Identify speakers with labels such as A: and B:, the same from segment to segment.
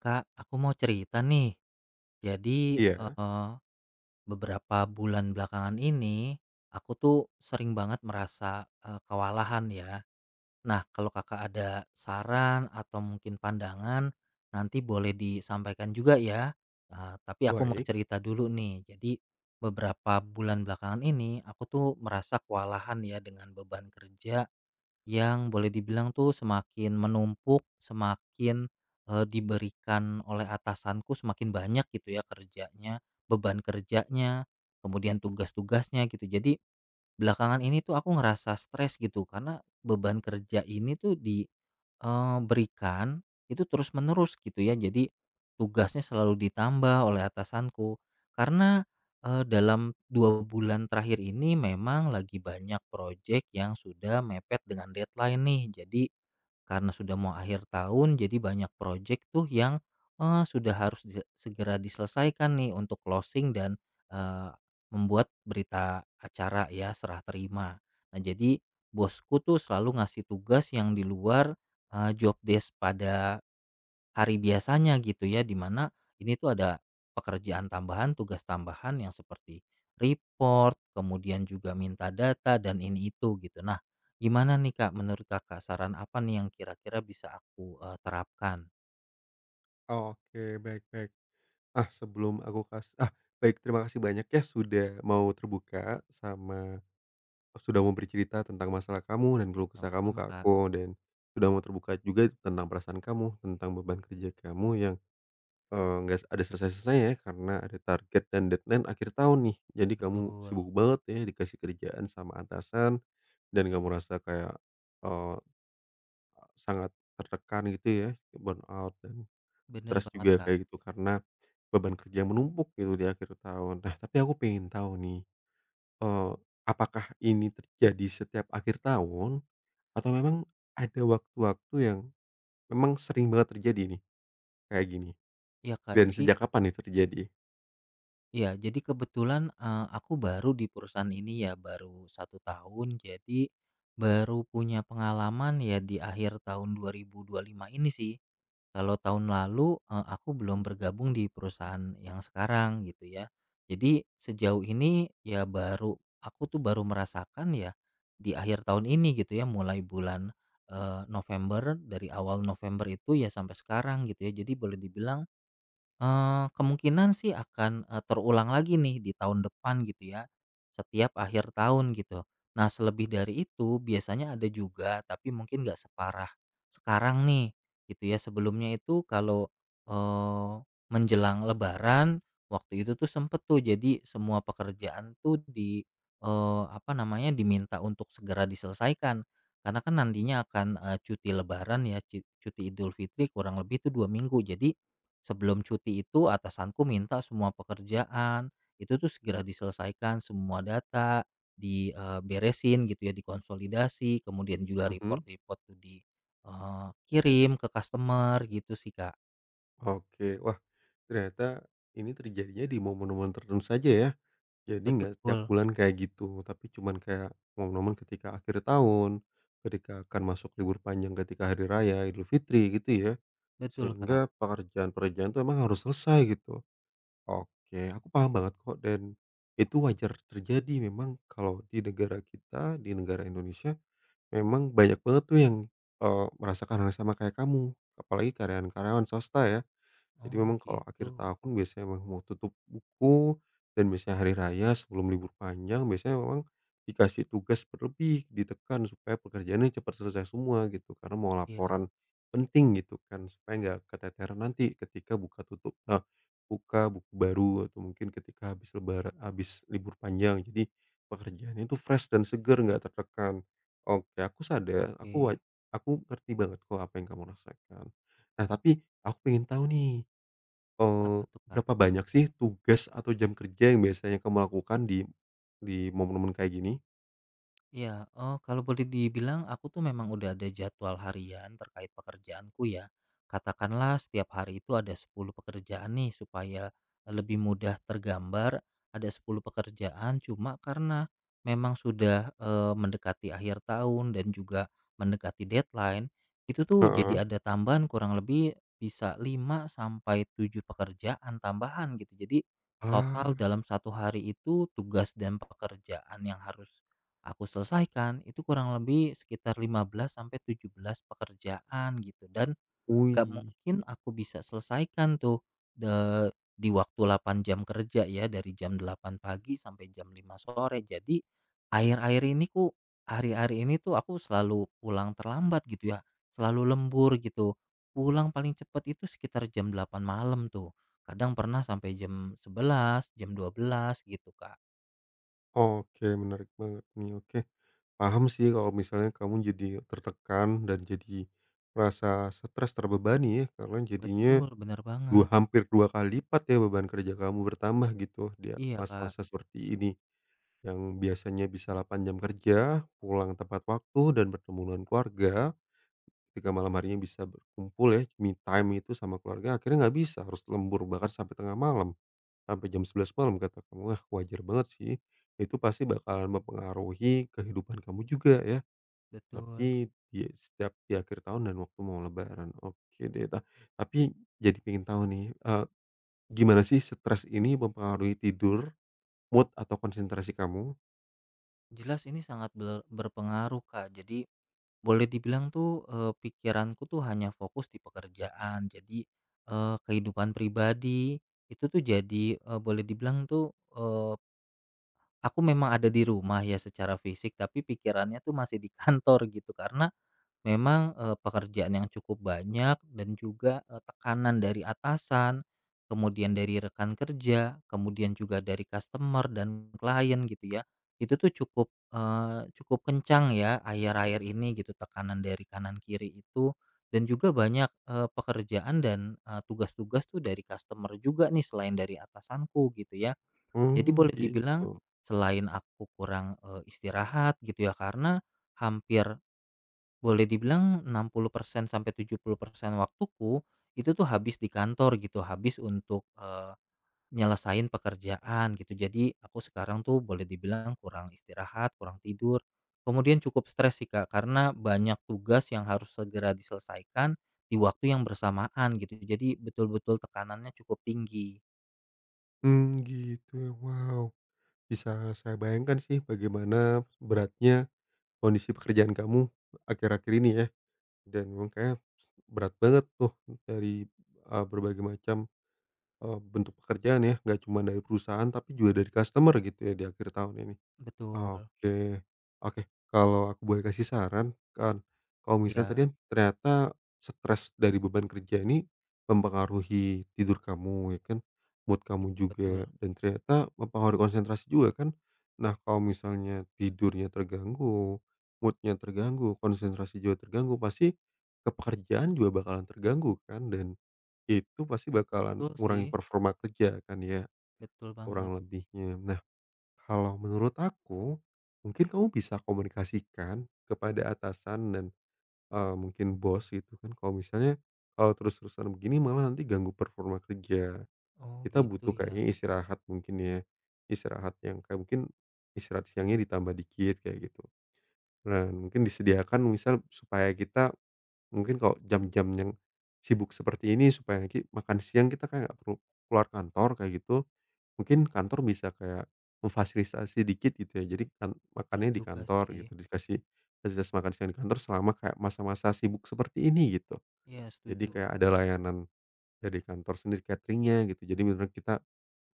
A: Kak, aku mau cerita nih. Jadi,
B: Iya,
A: eee, beberapa bulan belakangan ini, aku tuh sering banget merasa, kewalahan ya. Nah, kalau Kakak ada saran atau mungkin pandangan, nanti boleh disampaikan juga ya. Tapi aku mau
B: baik.
A: cerita dulu nih. Jadi, beberapa bulan belakangan ini, aku tuh merasa kewalahan ya dengan beban kerja yang boleh dibilang tuh semakin menumpuk, semakin diberikan oleh atasanku semakin banyak gitu ya kerjanya, beban kerjanya, kemudian tugas-tugasnya gitu. Jadi belakangan ini tuh aku ngerasa stres gitu karena beban kerja ini tuh diberikan itu terus-menerus gitu ya. Jadi tugasnya selalu ditambah oleh atasanku karena, dalam 2 bulan terakhir ini memang lagi banyak proyek yang sudah mepet dengan deadline nih. Jadi karena sudah mau akhir tahun jadi banyak proyek tuh yang, sudah harus dise segera diselesaikan nih untuk closing dan, eee, membuat berita acara ya serah terima. Nah jadi bosku tuh selalu ngasih tugas yang di luar, job desk pada hari biasanya gitu ya, dimana ini tuh ada pekerjaan tambahan, tugas tambahan yang seperti report, kemudian juga minta data dan ini itu gitu. Nah, gimana nih Kak, menurut Kakak saran apa nih yang kira-kira bisa aku terapkan?
B: Oke, baik baik. Ah, sebelum aku kas ah, baik, terima kasih banyak ya sudah mau terbuka, sudah mau bercerita tentang masalah kamu dan keluh kesah kamu
A: Sama-sama
B: ke
A: Kak,
B: aku, dan sudah mau terbuka juga tentang perasaan kamu, tentang beban kerja kamu yang, nggak ada selesai-selesainya ya, karena ada target dan deadline akhir tahun nih. Jadi kamu
A: betul,
B: sibuk banget ya, dikasih kerjaan sama atasan, dan kamu rasa kayak, eee, sangat tertekan gitu ya, burnout dan
A: bener
B: stres
A: banget
B: juga
A: Kak.
B: kayak gitu karena beban kerja yang menumpuk gitu di akhir tahun. Nah, tapi aku pengen tahu nih, eee, apakah ini terjadi setiap akhir tahun atau memang ada waktu-waktu yang memang sering banget terjadi nih kayak gini?
A: Iya Kak,
B: Dan
A: jadi
B: sejak kapan itu terjadi?
A: ya jadi kebetulan aku baru di perusahaan ini ya baru 1 tahun, jadi baru punya pengalaman ya di akhir tahun 2025 ini sih. Kalau tahun lalu, aku belum bergabung di perusahaan yang sekarang gitu ya. Jadi sejauh ini ya baru aku tuh baru merasakan ya di akhir tahun ini gitu ya, mulai bulan, November, dari awal November itu ya sampai sekarang gitu ya. Jadi boleh dibilang kemungkinan sih akan, terulang lagi nih di tahun depan gitu ya, setiap akhir tahun gitu. Nah selebih dari itu biasanya ada juga tapi mungkin nggak separah sekarang nih gitu ya. Sebelumnya itu kalau, eee, menjelang lebaran waktu itu tuh sempet tuh jadi semua pekerjaan tuh di, apa namanya, diminta untuk segera diselesaikan. Karena kan nantinya akan, cuti lebaran ya, cuti Idul Fitri kurang lebih itu 2 minggu. Jadi sebelum cuti itu atasanku minta semua pekerjaan itu tuh segera diselesaikan, semua data diberesin gitu ya, dikonsolidasi, kemudian juga
B: Mhm,
A: report-report tuh dikirim ke customer gitu sih, Kak.
B: oke. Wah, ternyata ini terjadinya di momen-momen tertentu saja ya. Jadi nggak setiap
A: Betul
B: bulan kayak gitu, tapi cuman kayak momen-momen ketika akhir tahun, ketika akan masuk libur panjang, ketika hari raya Idul Fitri gitu ya?
A: betul, Kak.
B: Sehingga pekerjaan-pekerjaan itu emang harus selesai gitu. Oke, aku paham banget kok, dan itu wajar terjadi memang kalau di negara kita, di negara Indonesia memang banyak banget tuh yang, merasakan hal yang sama kayak kamu, apalagi karyawan-karyawan swasta ya. Jadi
A: Oh
B: memang kalau
A: gitu.
B: akhir tahun biasanya memang mau tutup buku, dan biasanya hari raya sebelum libur panjang biasanya memang dikasih tugas berlebih, ditekan supaya pekerjaannya cepat selesai semua gitu, karena mau
A: Iya,
B: laporan penting gitu kan, supaya nggak keteteran nanti ketika buka tutup buka buku baru atau mungkin ketika habis lebara habis libur panjang. Jadi pekerjaannya itu fresh dan seger, nggak tertekan. Oke, aku sadar,
A: oke.
B: aku ngerti banget kok apa yang kamu rasakan. Nah, tapi aku pengen tahu nih,
A: Apa tuh, Kak?
B: berapa banyak sih tugas atau jam kerja yang biasanya kamu lakukan di momen-momen kayak gini?
A: Iya, oh kalau boleh dibilang aku tuh memang udah ada jadwal harian terkait pekerjaanku ya. Katakanlah setiap hari itu ada 10 pekerjaan nih supaya lebih mudah tergambar ada 10 pekerjaan cuma karena memang sudah mendekati akhir tahun dan juga mendekati deadline, itu tuh
B: Heeh.
A: jadi ada tambahan kurang lebih bisa 5 sampai 7 pekerjaan tambahan gitu. Jadi total
B: Ah.
A: dalam satu hari itu tugas dan pekerjaan yang harus aku selesaikan itu kurang lebih sekitar 15 sampai 17 pekerjaan gitu dan nggak
B: Wih.
A: mungkin aku bisa selesaikan tuh di waktu 8 jam kerja ya dari jam 8 pagi sampai jam 5 sore. Jadi akhir-akhir ini ku hari-hari ini tuh aku selalu pulang terlambat gitu ya. Selalu lembur gitu. Pulang paling cepat itu sekitar jam 8 malam tuh. Kadang pernah sampai jam 11 jam 12 gitu, Kak.
B: Oke, menarik banget nih, oke. Paham sih kalau misalnya kamu jadi tertekan dan jadi merasa stres, terbebani ya, karena jadinya
A: Betul, benar
B: dua
A: banget.
B: hampir 2 kali lipat ya beban kerja kamu bertambah gitu di
A: Iya, Kak.
B: masa-masa seperti ini, yang biasanya bisa 8 jam kerja, pulang tepat waktu, dan bertemu dengan keluarga ketika malam harinya bisa berkumpul ya, me time itu sama keluarga, akhirnya nggak bisa, harus lembur bahkan sampai tengah malam, sampai jam 11 malam kata kamu. Wah, wajar banget sih, itu pasti bakalan mempengaruhi kehidupan kamu juga ya,
A: Betul.
B: tapi di akhir tahun dan waktu mau lebaran. Oke deh. Nah, tapi jadi pengen tahu nih, gimana sih stres ini mempengaruhi tidur, mood, atau konsentrasi kamu?
A: Jelas ini sangat berpengaruh, Kak. Jadi boleh dibilang tuh pikiranku tuh hanya fokus di pekerjaan. Jadi kehidupan pribadi itu tuh jadi boleh dibilang tuh aku memang ada di rumah ya secara fisik, tapi pikirannya tuh masih di kantor gitu karena memang, pekerjaan yang cukup banyak dan juga, tekanan dari atasan, kemudian dari rekan kerja, kemudian juga dari customer dan klien gitu ya, itu tuh cukup, cukup kencang ya akhir-akhir ini gitu tekanan dari kanan kiri itu dan juga banyak, pekerjaan dan, tugas-tugas tuh dari customer juga nih selain dari atasanku gitu ya. Jadi
B: Hmm,
A: boleh dibilang
B: gitu.
A: selain aku kurang, istirahat gitu ya karena hampir boleh dibilang 60% sampai 70% waktuku, itu tuh habis di kantor gitu, habis untuk, nyelesain pekerjaan gitu. Jadi aku sekarang tuh boleh dibilang kurang istirahat, kurang tidur, kemudian cukup stres sih, Kak, karena banyak tugas yang harus segera diselesaikan di waktu yang bersamaan gitu. Jadi betul-betul tekanannya cukup tinggi.
B: Hmm, gitu. Wow, bisa saya bayangkan sih bagaimana beratnya kondisi pekerjaan kamu akhir-akhir ini ya, dan memang kayak berat banget tuh dari, berbagai macam, bentuk pekerjaan ya, nggak cuma dari perusahaan tapi juga dari customer gitu ya di akhir tahun ini.
A: Betul.
B: Oke. Oke, kalau aku boleh kasih saran kan, kalau misalnya tadi
A: Ya
B: kan ternyata stres dari beban kerja ini mempengaruhi tidur kamu ya kan, mood
A: i
B: kamu juga
A: betul.
B: dan ternyata mempengaruhi konsentrasi juga kan. Nah, kalau misalnya tidurnya terganggu, moodnya terganggu, konsentrasi juga terganggu, pasti kepekerjaan juga bakalan terganggu kan, dan itu pasti bakalan
A: Betul
B: ngurangin
A: sih,
B: performa kerja kan ya,
A: betul
B: kurang
A: banget.
B: lebihnya. Kalau menurut aku, mungkin kamu bisa komunikasikan kepada atasan dan, mungkin bos gitu kan, kalau misalnya kalau terus-terusan begini malah nanti ganggu performa kerja.
A: Oh
B: Kita
A: gitu
B: butuh
A: ya,
B: kayaknya istirahat mungkin ya, istirahat yang kayak mungkin istirahat siangnya ditambah dikit kayak gitu. Dan mungkin disediakan misal supaya kita mungkin kalau jam-jam yang sibuk seperti ini supaya ki makan siang kita kayak nggak perlu keluar kantor kayak gitu, mungkin kantor bisa kayak memfasilitasi dikit gitu ya. Jadi kan
A: betul
B: makannya di
A: juga
B: kantor
A: sih.
B: gitu, dikasih fasilitas makan siang di kantor selama kayak masa-masa sibuk seperti ini gitu.
A: Ya
B: Jadi
A: setuju.
B: kayak ada layanan dari kantor sendiri cateringnya gitu. Jadi beneran kita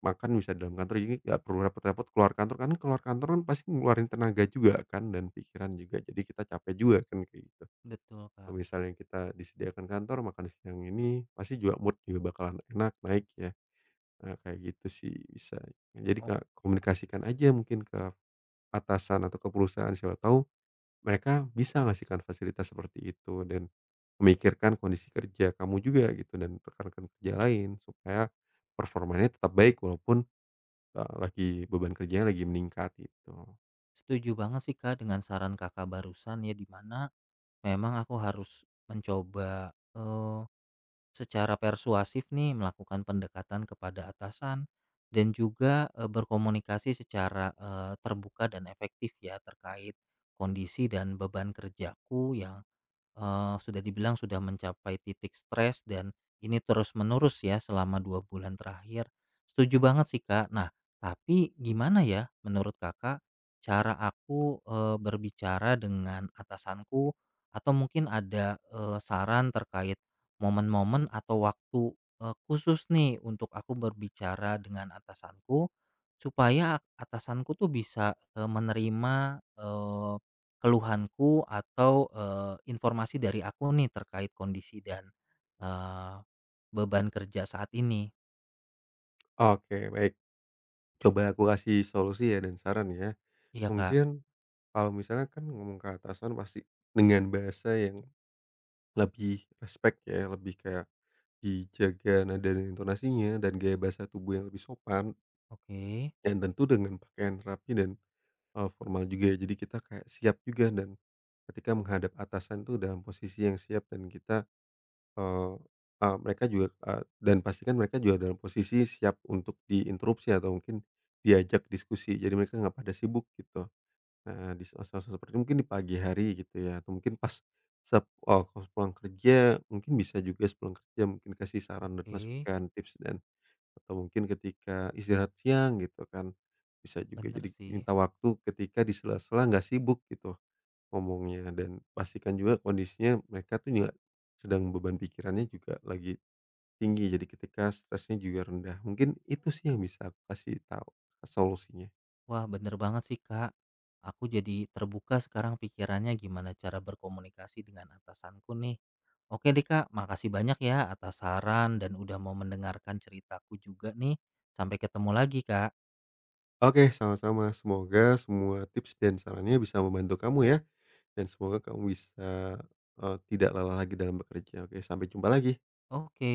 B: makan bisa di dalam kantor, jadi nggak perlu repot-repot keluar kantor kan pasti ngeluarin tenaga juga kan dan pikiran juga, jadi kita capek juga kan kayak gitu.
A: Betul,
B: Kalau
A: Kak.
B: misalnya kita disediakan kantor makan siang ini, pasti juga mood juga bakalan enak naik ya. Nah, kayak gitu sih bisa. Nah, jadi
A: Oh,
B: Kak, komunikasikan aja mungkin ke atasan atau ke perusahaan, siapa tahu mereka bisa ngasihkan fasilitas seperti itu dan memikirkan kondisi kerja kamu juga gitu dan rekan-rekan kerja lain supaya performanya tetap baik walaupun, lagi beban kerjanya lagi meningkat gitu.
A: setuju banget sih, Kak, dengan saran Kakak barusan ya, di mana memang aku harus mencoba, secara persuasif nih melakukan pendekatan kepada atasan dan juga, berkomunikasi secara, terbuka dan efektif ya terkait kondisi dan beban kerjaku yang sudah dibilang sudah mencapai titik stres dan ini terus-menerus ya selama 2 bulan terakhir. Setuju banget sih, Kak. Nah, tapi gimana ya menurut Kakak cara aku, berbicara dengan atasanku atau mungkin ada, saran terkait momen-momen atau waktu, khusus nih untuk aku berbicara dengan atasanku supaya atasanku tuh bisa, menerima, eh, keluhanku atau, informasi dari aku nih terkait kondisi dan, eee, beban kerja saat ini.
B: Oke baik, coba aku kasih solusi ya dan saran ya.
A: Iya, Kak.
B: Mungkin kalau misalnya kan ngomong ke atasan pasti dengan bahasa yang lebih respect ya, lebih kayak dijaga nada dan intonasinya dan gaya bahasa tubuh yang lebih sopan
A: Oke
B: dan tentu dengan pakaian rapi dan, formal juga ya. Jadi kita kayak siap juga dan ketika menghadap atasan tuh dalam posisi yang siap dan kita, eee eee, mereka juga, dan pastikan mereka juga dalam posisi siap untuk diinterupsi atau mungkin diajak diskusi. Jadi mereka nggak pada sibuk gitu. Heeh, di saat-saat seperti mungkin di pagi hari gitu ya atau mungkin pas pulang kerja mungkin bisa juga sepulang kerja mungkin kasih saran dan
A: oke,
B: masukan, tips dan atau mungkin ketika istirahat siang gitu kan. Bisa juga
A: bener
B: jadi
A: sih.
B: minta waktu ketika di sela-sela nggak sibuk gitu ngomongnya, dan pastikan juga kondisinya mereka tuh nggak sedang beban pikirannya juga lagi tinggi, jadi ketika stresnya juga rendah. Mungkin itu sih yang bisa aku kasih tahu solusinya.
A: Wah, bener banget sih, Kak. Aku jadi terbuka sekarang pikirannya gimana cara berkomunikasi dengan atasanku nih. Oke deh, Kak, makasih banyak ya atas saran dan udah mau mendengarkan ceritaku juga nih. Sampai ketemu lagi, Kak.
B: Oke, sama-sama. Semoga semua tips dan sarannya bisa membantu kamu ya, dan semoga kamu bisa, tidak lelah lagi dalam bekerja. Oke, sampai jumpa lagi.
A: Oke.